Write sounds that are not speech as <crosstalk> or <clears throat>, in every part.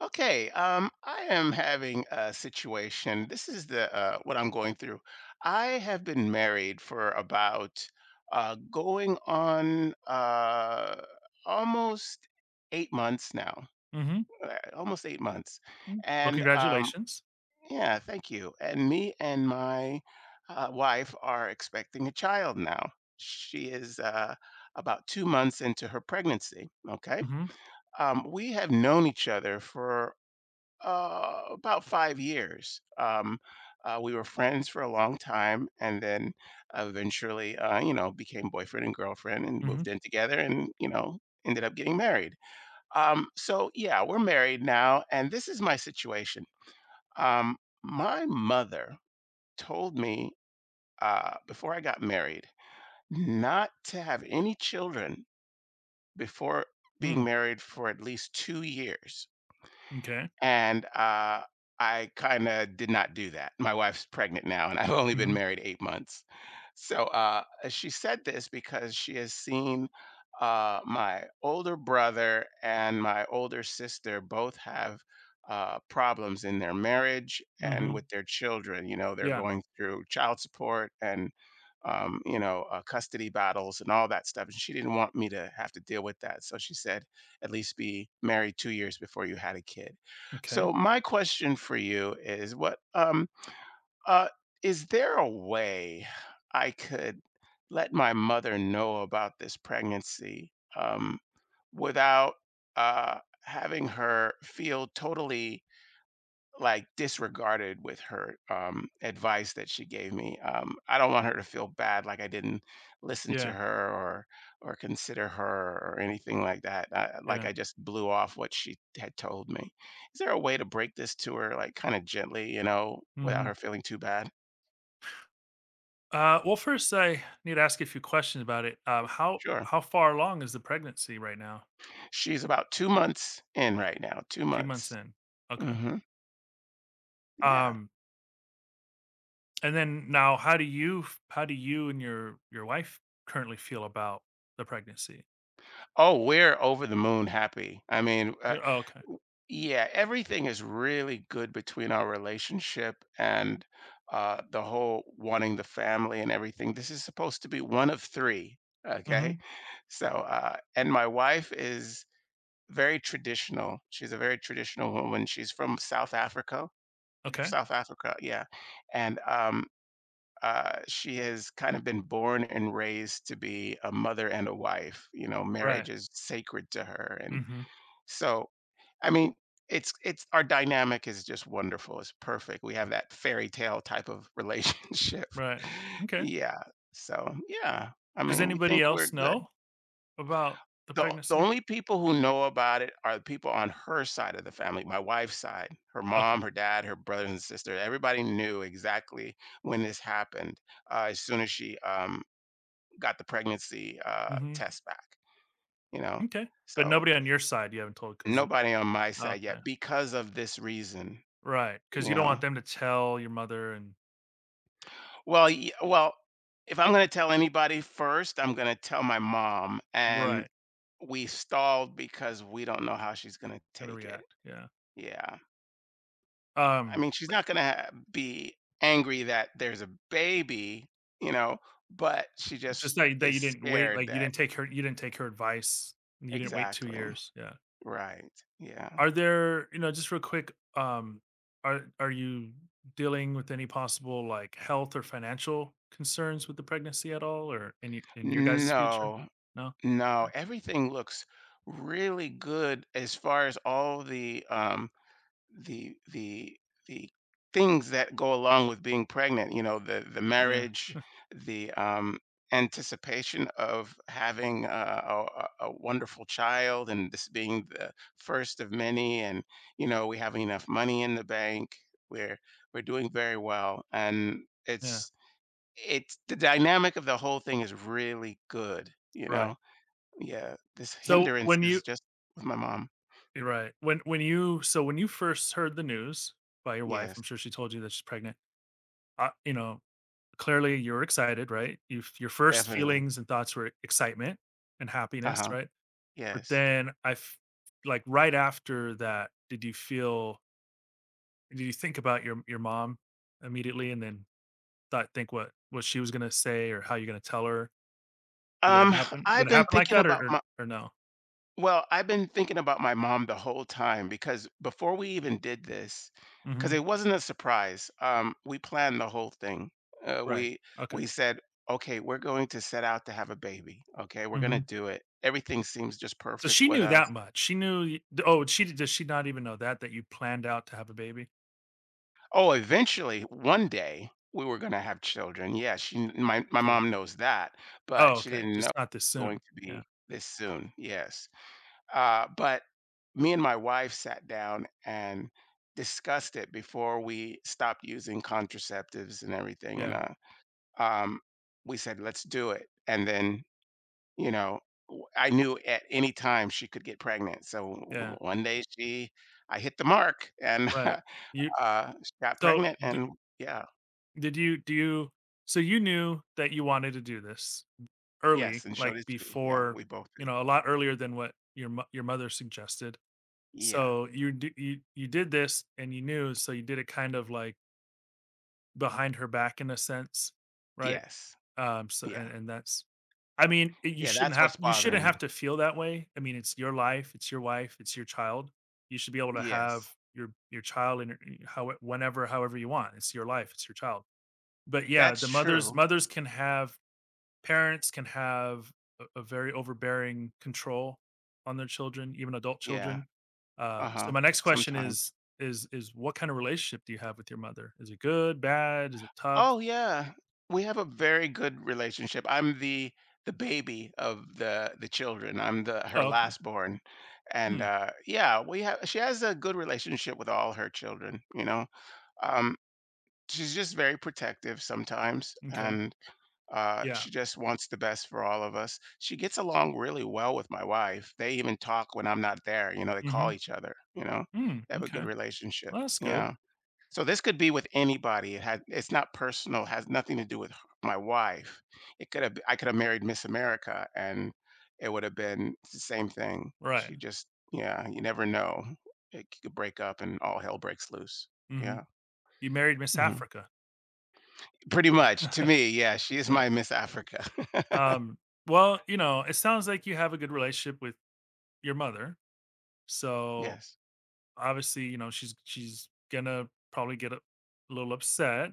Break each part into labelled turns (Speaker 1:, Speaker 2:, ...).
Speaker 1: Okay, I am having a situation. This is the what I'm going through. I have been married for about, going on almost 8 months now,
Speaker 2: Mhm.
Speaker 1: almost 8 months,
Speaker 2: Mm. Well,
Speaker 1: and
Speaker 2: congratulations.
Speaker 1: yeah, thank you. And me and my wife are expecting a child now. She is about 2 months into her pregnancy. Okay,
Speaker 2: Mhm.
Speaker 1: we have known each other for about 5 years. We were friends for a long time, and then eventually, became boyfriend and girlfriend, and
Speaker 2: Mhm.
Speaker 1: moved in together, and ended up getting married. So yeah, we're married now, and this is my situation. Um, my mother told me before I got married not to have any children before being
Speaker 2: Mm.
Speaker 1: married for at least 2 years.
Speaker 2: M'kay.
Speaker 1: And I kinda did not do that. My wife's pregnant now, and <laughs> I've only been
Speaker 2: Mhm.
Speaker 1: married 8 months. So she said this because she has seen, my older brother and my older sister both have, problems in their marriage and
Speaker 2: Mhm.
Speaker 1: with their children. You know, they're
Speaker 2: Yeah.
Speaker 1: going through child support and custody battles and all that stuff, and she didn't want me to have to deal with that. So she said, "At least be married 2 years before you had a kid."
Speaker 2: Okay.
Speaker 1: So my question for you is what uh is there a way I could let my mother know about this pregnancy without having her feel totally like disregarded with her advice that she gave me. I don't want her to feel bad like I didn't listen to
Speaker 2: Yeah.
Speaker 1: her or consider her or anything like that.
Speaker 2: Yeah.
Speaker 1: I just blew off what she had told me. Is there a way to break this to her, like kind of gently, you know, without her
Speaker 2: Mhm.
Speaker 1: feeling too bad?
Speaker 2: Well, first, I need to ask you a few questions about it.
Speaker 1: Sure.
Speaker 2: How far along is the pregnancy right now?
Speaker 1: She's about 2 months in right now. Two
Speaker 2: 2 months
Speaker 1: months.
Speaker 2: in. Okay.
Speaker 1: hmm Yeah.
Speaker 2: Um, and then now how do you f how do you and your wife currently feel about the pregnancy?
Speaker 1: Oh, we're over the moon happy. I mean,
Speaker 2: You're oh, okay.
Speaker 1: w- yeah, everything is really good between our relationship and the whole wanting the family and everything. This is supposed to be one of three. Okay.
Speaker 2: Mhm.
Speaker 1: So, and my wife is very traditional. She's a very traditional woman. She's from South Africa.
Speaker 2: Okay.
Speaker 1: South Africa, yeah. And she has kind of been born and raised to be a mother and a wife. You know,
Speaker 2: Right.
Speaker 1: marriage is sacred to her, and
Speaker 2: Mhm.
Speaker 1: so I mean, it's our dynamic is just wonderful. It's perfect. We have that fairy tale type of relationship.
Speaker 2: Right.
Speaker 1: <laughs>
Speaker 2: Okay.
Speaker 1: Yeah. So yeah, I
Speaker 2: Does
Speaker 1: mean, we
Speaker 2: anybody
Speaker 1: think we're
Speaker 2: else
Speaker 1: good.
Speaker 2: know about the
Speaker 1: The
Speaker 2: pregnancy?
Speaker 1: only people who know about it are the people on her side of the family, my wife's side, her
Speaker 2: Okay.
Speaker 1: mom, her dad, her brothers and sisters. Everybody knew exactly when this happened as soon as she got the pregnancy
Speaker 2: Mhm.
Speaker 1: test back, you know?
Speaker 2: Okay, but
Speaker 1: So
Speaker 2: nobody on your side you haven't told because
Speaker 1: nobody on my side
Speaker 2: okay.
Speaker 1: yet because of this reason,
Speaker 2: Right? Because
Speaker 1: you
Speaker 2: you don't want
Speaker 1: know?
Speaker 2: them to tell your mother and
Speaker 1: Well, if I'm gonna tell anybody first, I'm gonna tell my mom, and
Speaker 2: right,
Speaker 1: we stalled because we don't know how she's gonna
Speaker 2: gonna
Speaker 1: take it.
Speaker 2: react, yeah.
Speaker 1: Yeah. I mean, she's
Speaker 2: But
Speaker 1: not gonna ha be angry that there's a baby, you know, but she just
Speaker 2: just that
Speaker 1: is
Speaker 2: you didn't wait,
Speaker 1: scared
Speaker 2: like, you
Speaker 1: that
Speaker 2: didn't take her you didn't take her advice, and you didn't wait 2
Speaker 1: exactly.
Speaker 2: years, yeah.
Speaker 1: Right. Yeah.
Speaker 2: Are there just real quick, are you dealing with any possible, like, health or financial concerns with the pregnancy at all or in y in your guys' future?
Speaker 1: No.
Speaker 2: No?
Speaker 1: No, everything looks really good as far as all the the the things that go along with being pregnant. You know, the
Speaker 2: Yeah,
Speaker 1: marriage, the anticipation of having a wonderful child and this being the first of many and you know, we have enough money in the bank. We're we're doing very well and
Speaker 2: yeah,
Speaker 1: it's the dynamic of the whole thing is really good, you
Speaker 2: right.
Speaker 1: know, yeah, this
Speaker 2: So,
Speaker 1: hindrance
Speaker 2: when
Speaker 1: is
Speaker 2: you
Speaker 1: just with my mom.
Speaker 2: you're right. When you so when you first heard the news by your wife,
Speaker 1: Yes,
Speaker 2: I'm sure she told you that she's pregnant. You know, clearly you were excited, right? You your first
Speaker 1: definitely.
Speaker 2: feelings and thoughts were excitement and happiness,
Speaker 1: Uh-huh,
Speaker 2: right? But
Speaker 1: yes.
Speaker 2: then like right after that, did you feel did you think about your mom immediately and then thought think what she was going to say or how you're going to tell her? Did that
Speaker 1: Um,
Speaker 2: happen? Did
Speaker 1: I've
Speaker 2: it
Speaker 1: been
Speaker 2: happen like
Speaker 1: thinking
Speaker 2: that
Speaker 1: about my
Speaker 2: or no?
Speaker 1: I've been thinking about my mom the whole time because before we even did this, because
Speaker 2: Mhm.
Speaker 1: it wasn't a surprise, we planned the whole thing. Uh,
Speaker 2: Right.
Speaker 1: we
Speaker 2: Okay.
Speaker 1: we said, "Okay, we're going to set out to have a baby. Okay, we're gonna
Speaker 2: Mhm.
Speaker 1: do it." Everything seems just
Speaker 2: So
Speaker 1: perfect
Speaker 2: she
Speaker 1: with
Speaker 2: knew
Speaker 1: us.
Speaker 2: that much. She knew y oh, she did. Does she not even know that, that you planned out to have a baby?
Speaker 1: Oh, eventually, one day we were gonna have children. Yeah, she kn my my
Speaker 2: Okay.
Speaker 1: mom knows that, but
Speaker 2: Oh,
Speaker 1: she
Speaker 2: okay,
Speaker 1: didn't know
Speaker 2: just not this
Speaker 1: it was going
Speaker 2: soon.
Speaker 1: to be
Speaker 2: Yeah,
Speaker 1: this soon. Yes. But me and my wife sat down and discussed it before we stopped using contraceptives and everything, and,
Speaker 2: yeah,
Speaker 1: uh, um, we said, "Let's do it," and then, you know, w I knew at any time she could get pregnant, so o o
Speaker 2: yeah,
Speaker 1: one day she I hit the mark, and
Speaker 2: right. You
Speaker 1: <laughs> she got
Speaker 2: so,
Speaker 1: pregnant
Speaker 2: d
Speaker 1: and yeah.
Speaker 2: did you do you so you knew that you wanted to do this
Speaker 1: Yes,
Speaker 2: early,
Speaker 1: and showed
Speaker 2: like,
Speaker 1: his fee. Yeah,
Speaker 2: before
Speaker 1: we both
Speaker 2: you
Speaker 1: did.
Speaker 2: know, a lot earlier than what your mo your mother suggested.
Speaker 1: Yeah.
Speaker 2: So you d you you did this and you knew, so you did it kind of, like, behind her back in a sense, right?
Speaker 1: Yes.
Speaker 2: So
Speaker 1: Yeah.
Speaker 2: and that's I mean, I
Speaker 1: Yeah, that's what's
Speaker 2: you shouldn't
Speaker 1: bothering me.
Speaker 2: have to feel that way. I mean, it's your life, it's your wife, it's your child. You should be able to
Speaker 1: Yes.
Speaker 2: have your child and your how whenever, however you want. It's your life, it's your child. But yeah,
Speaker 1: That's
Speaker 2: the mothers
Speaker 1: true.
Speaker 2: mothers can have parents can have a very overbearing control on their children, even adult
Speaker 1: Yeah.
Speaker 2: children. So
Speaker 1: Uh-huh.
Speaker 2: my next question
Speaker 1: Sometimes.
Speaker 2: is is what kind of relationship do you have with your mother? Is it good, bad? Is it tough?
Speaker 1: Oh, yeah. We have a very good relationship. I'm the baby of the children. I'm the her
Speaker 2: Oh, okay.
Speaker 1: last born. And,
Speaker 2: Hmm,
Speaker 1: uh, yeah, we have she has a good relationship with all her children, you know? Um, she's just very protective sometimes,
Speaker 2: m'kay.
Speaker 1: and
Speaker 2: Yeah.
Speaker 1: she just wants the best for all of us. She gets along really well with my wife. They even talk when I'm not there. You know, they call
Speaker 2: Mhm.
Speaker 1: each other. You know,
Speaker 2: Mm,
Speaker 1: they have a good
Speaker 2: okay.
Speaker 1: relationship.
Speaker 2: Well, that's good.
Speaker 1: Yeah. So this could be with anybody. It had. It's not personal. Has nothing to do with my wife. It could have. I could have married Miss America, and it would have been the same thing.
Speaker 2: Right.
Speaker 1: She just. Yeah. You never know. It could break up, and all hell breaks loose.
Speaker 2: Mhm.
Speaker 1: Yeah.
Speaker 2: You married Miss
Speaker 1: Mhm.
Speaker 2: Africa.
Speaker 1: Pretty much to
Speaker 2: <laughs>
Speaker 1: me. Yeah. She is
Speaker 2: Uh,
Speaker 1: my Miss Africa. <laughs>
Speaker 2: um, well, you know, it sounds like you have a good relationship with your mother. So,
Speaker 1: Yes.
Speaker 2: obviously, you know, she's gonna probably get a little upset.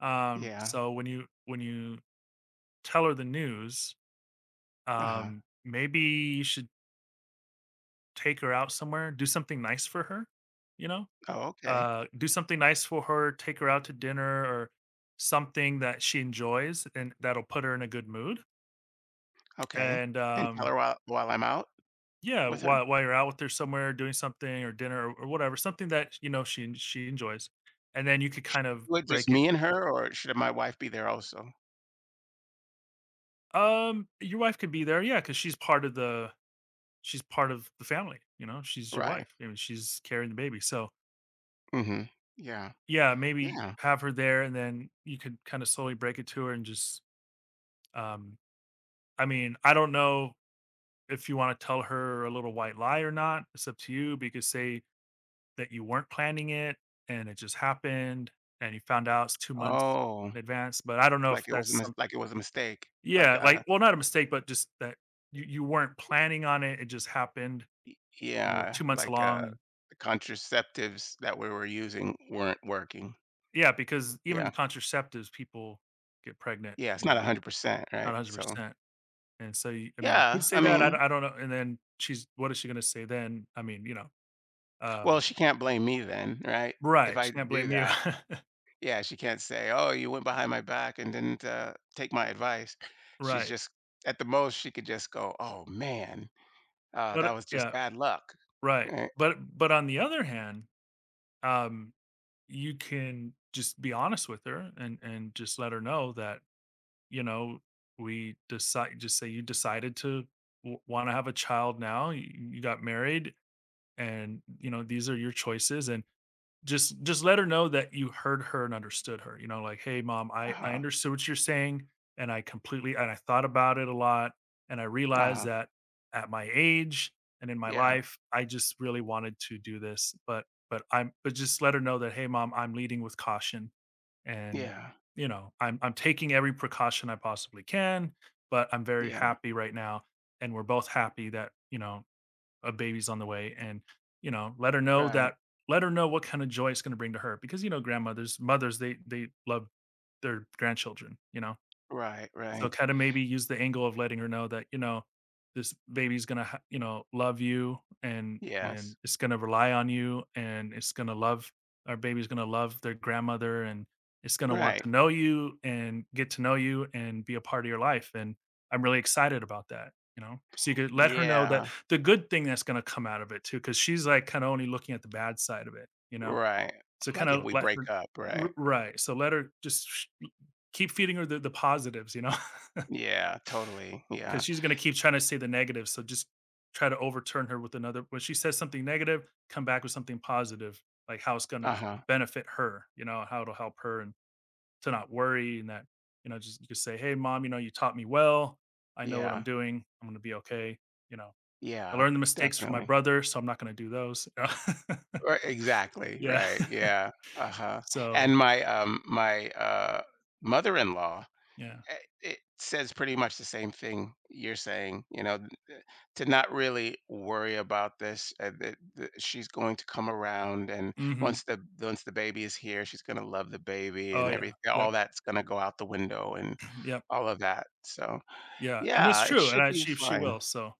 Speaker 1: Yeah,
Speaker 2: So when you tell her the news,
Speaker 1: uh-huh.
Speaker 2: maybe you should take her out somewhere, do something nice for her, you know?
Speaker 1: Oh, okay,
Speaker 2: Uh, do something nice for her, take her out to dinner or something that she enjoys and that'll put her in a good mood.
Speaker 1: okay.
Speaker 2: And
Speaker 1: And tell her while I'm out
Speaker 2: yeah,
Speaker 1: with her?
Speaker 2: while you're out with her somewhere doing something or dinner or whatever, something that you know she enjoys, and then you could kind of
Speaker 1: Would just
Speaker 2: break it.
Speaker 1: me and her, or should my wife be there also?
Speaker 2: Your wife could be there, yeah, because she's part of the family. You know, she's your
Speaker 1: Right,
Speaker 2: wife. I mean, she's carrying the baby, so
Speaker 1: mhm. Yeah,
Speaker 2: yeah, maybe
Speaker 1: yeah.
Speaker 2: have her there, and then you could kind of slowly break it to her and just um, I mean, I don't know if you want to tell her a little white lie or not, it's up to you. Because say that you weren't planning it and it just happened and you found out it's 2 months
Speaker 1: Oh,
Speaker 2: in advance. But I don't know if that's some,
Speaker 1: like it was a mistake, like,
Speaker 2: yeah, like, well, not a mistake, but just that you weren't planning on it. It just happened
Speaker 1: y
Speaker 2: and we're
Speaker 1: yeah,
Speaker 2: 2 months along.
Speaker 1: the contraceptives that we were using weren't working.
Speaker 2: Yeah, because even
Speaker 1: Yeah,
Speaker 2: the contraceptives, people get pregnant,
Speaker 1: yeah, it's
Speaker 2: you know,
Speaker 1: not 100%,
Speaker 2: not
Speaker 1: right? So,
Speaker 2: 100%. And so, I mean, you could
Speaker 1: yeah,
Speaker 2: say
Speaker 1: I
Speaker 2: that.
Speaker 1: mean
Speaker 2: I don't know. And then she's, what is she going to say then? I mean, you know,
Speaker 1: well,
Speaker 2: um,
Speaker 1: she can't blame me then, right? If
Speaker 2: right.
Speaker 1: I
Speaker 2: She can't
Speaker 1: do
Speaker 2: blame you.
Speaker 1: that. Yeah, she can't say, "Oh, you went behind my back and didn't, take my advice."
Speaker 2: <laughs>
Speaker 1: She's
Speaker 2: Right.
Speaker 1: just at the most, she could just go, "Oh, man, that
Speaker 2: But
Speaker 1: was just
Speaker 2: yeah,
Speaker 1: bad luck."
Speaker 2: right.
Speaker 1: Right?
Speaker 2: But on the other hand, um, you can just be honest with her and just let her know that, you know, we decide just say you decided to want to have a child now, you got married and you know, these are your choices and just let her know that you heard her and understood her. You know, like, "Hey, mom, I
Speaker 1: Uh-huh,
Speaker 2: understood what you're saying, and I completely and I thought about it a lot, and I realized
Speaker 1: uh-huh.
Speaker 2: that at my age and in my
Speaker 1: Yeah,
Speaker 2: life, I just really wanted to do this, but I'm but just let her know that, hey, mom, I'm leading with caution, and
Speaker 1: yeah,
Speaker 2: you know, I'm taking every precaution I possibly can, but I'm very
Speaker 1: yeah.
Speaker 2: happy right now, and we're both happy that you know a baby's on the way and you know let her know
Speaker 1: Right,
Speaker 2: that let her know what kind of joy it's going to bring to her because you know grandmothers mothers they love their grandchildren you know
Speaker 1: right,
Speaker 2: so
Speaker 1: right.
Speaker 2: kinda maybe use the angle of letting her know that, you know, this baby's gonna ha you know, love you
Speaker 1: Yes.
Speaker 2: and it's gonna rely on you and it's gonna love our baby's gonna love their grandmother and it's gonna want
Speaker 1: Right.
Speaker 2: to know you and get to know you and be a part of your life, and I'm really excited about that, you know? So you could let her know that
Speaker 1: Yeah,
Speaker 2: the good thing that's gonna come out of it too because she's, like, kinda only looking at the bad side of it, you know?
Speaker 1: right.
Speaker 2: So
Speaker 1: Like if
Speaker 2: kinda
Speaker 1: we
Speaker 2: let
Speaker 1: break
Speaker 2: her
Speaker 1: up,
Speaker 2: r
Speaker 1: right?
Speaker 2: right, so let her just sh keep feeding her the positives, you know?
Speaker 1: Yeah, totally, yeah.
Speaker 2: Because she's going to keep trying to say the negative. So just try to overturn her with another. When she says something negative, come back with something positive, like how it's going to
Speaker 1: Uh-huh.
Speaker 2: benefit her, you know, how it'll help her and to not worry. And that, you know, you just say, hey, mom, you know, you taught me well. I know what I'm
Speaker 1: Yeah,
Speaker 2: doing. I'm going to be okay. You know, I
Speaker 1: yeah,
Speaker 2: learned the mistakes from my
Speaker 1: definitely.
Speaker 2: brother, so I'm not going to do those. You know?
Speaker 1: Right,
Speaker 2: <laughs>
Speaker 1: exactly,
Speaker 2: Yeah.
Speaker 1: right, yeah,
Speaker 2: <laughs>
Speaker 1: uh-huh,
Speaker 2: So,
Speaker 1: and my, mother-in-law,
Speaker 2: yeah.
Speaker 1: it says pretty much the same thing you're saying, you know, eh, to not really worry about this, that that she's going to come around, and
Speaker 2: Hmm.
Speaker 1: once the baby is here, she's gonna love the baby and
Speaker 2: Oh, yeah.
Speaker 1: every
Speaker 2: Yep.
Speaker 1: all that's gonna go out the window and
Speaker 2: <clears throat> Yep.
Speaker 1: all of that, so,
Speaker 2: Yeah. And that's
Speaker 1: yeah, it
Speaker 2: true.
Speaker 1: should be
Speaker 2: She
Speaker 1: fine.
Speaker 2: will. So,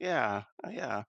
Speaker 1: Yeah, yeah.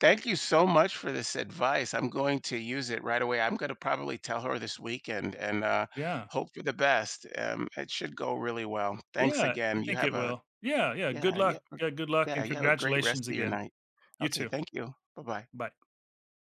Speaker 1: Thank you so much for this advice. I'm going to use it right away. I'm going to probably tell her this weekend and
Speaker 2: yeah.
Speaker 1: hope for the best. It should go really well. Thanks
Speaker 2: Yeah, I
Speaker 1: again. You
Speaker 2: think
Speaker 1: have
Speaker 2: it
Speaker 1: a
Speaker 2: will. Yeah, yeah,
Speaker 1: yeah yeah
Speaker 2: good luck,
Speaker 1: yeah.
Speaker 2: and
Speaker 1: You have a great rest
Speaker 2: congratulations
Speaker 1: of your
Speaker 2: again.
Speaker 1: night.
Speaker 2: You
Speaker 1: Okay,
Speaker 2: too.
Speaker 1: thank you. Bye bye.
Speaker 2: Bye.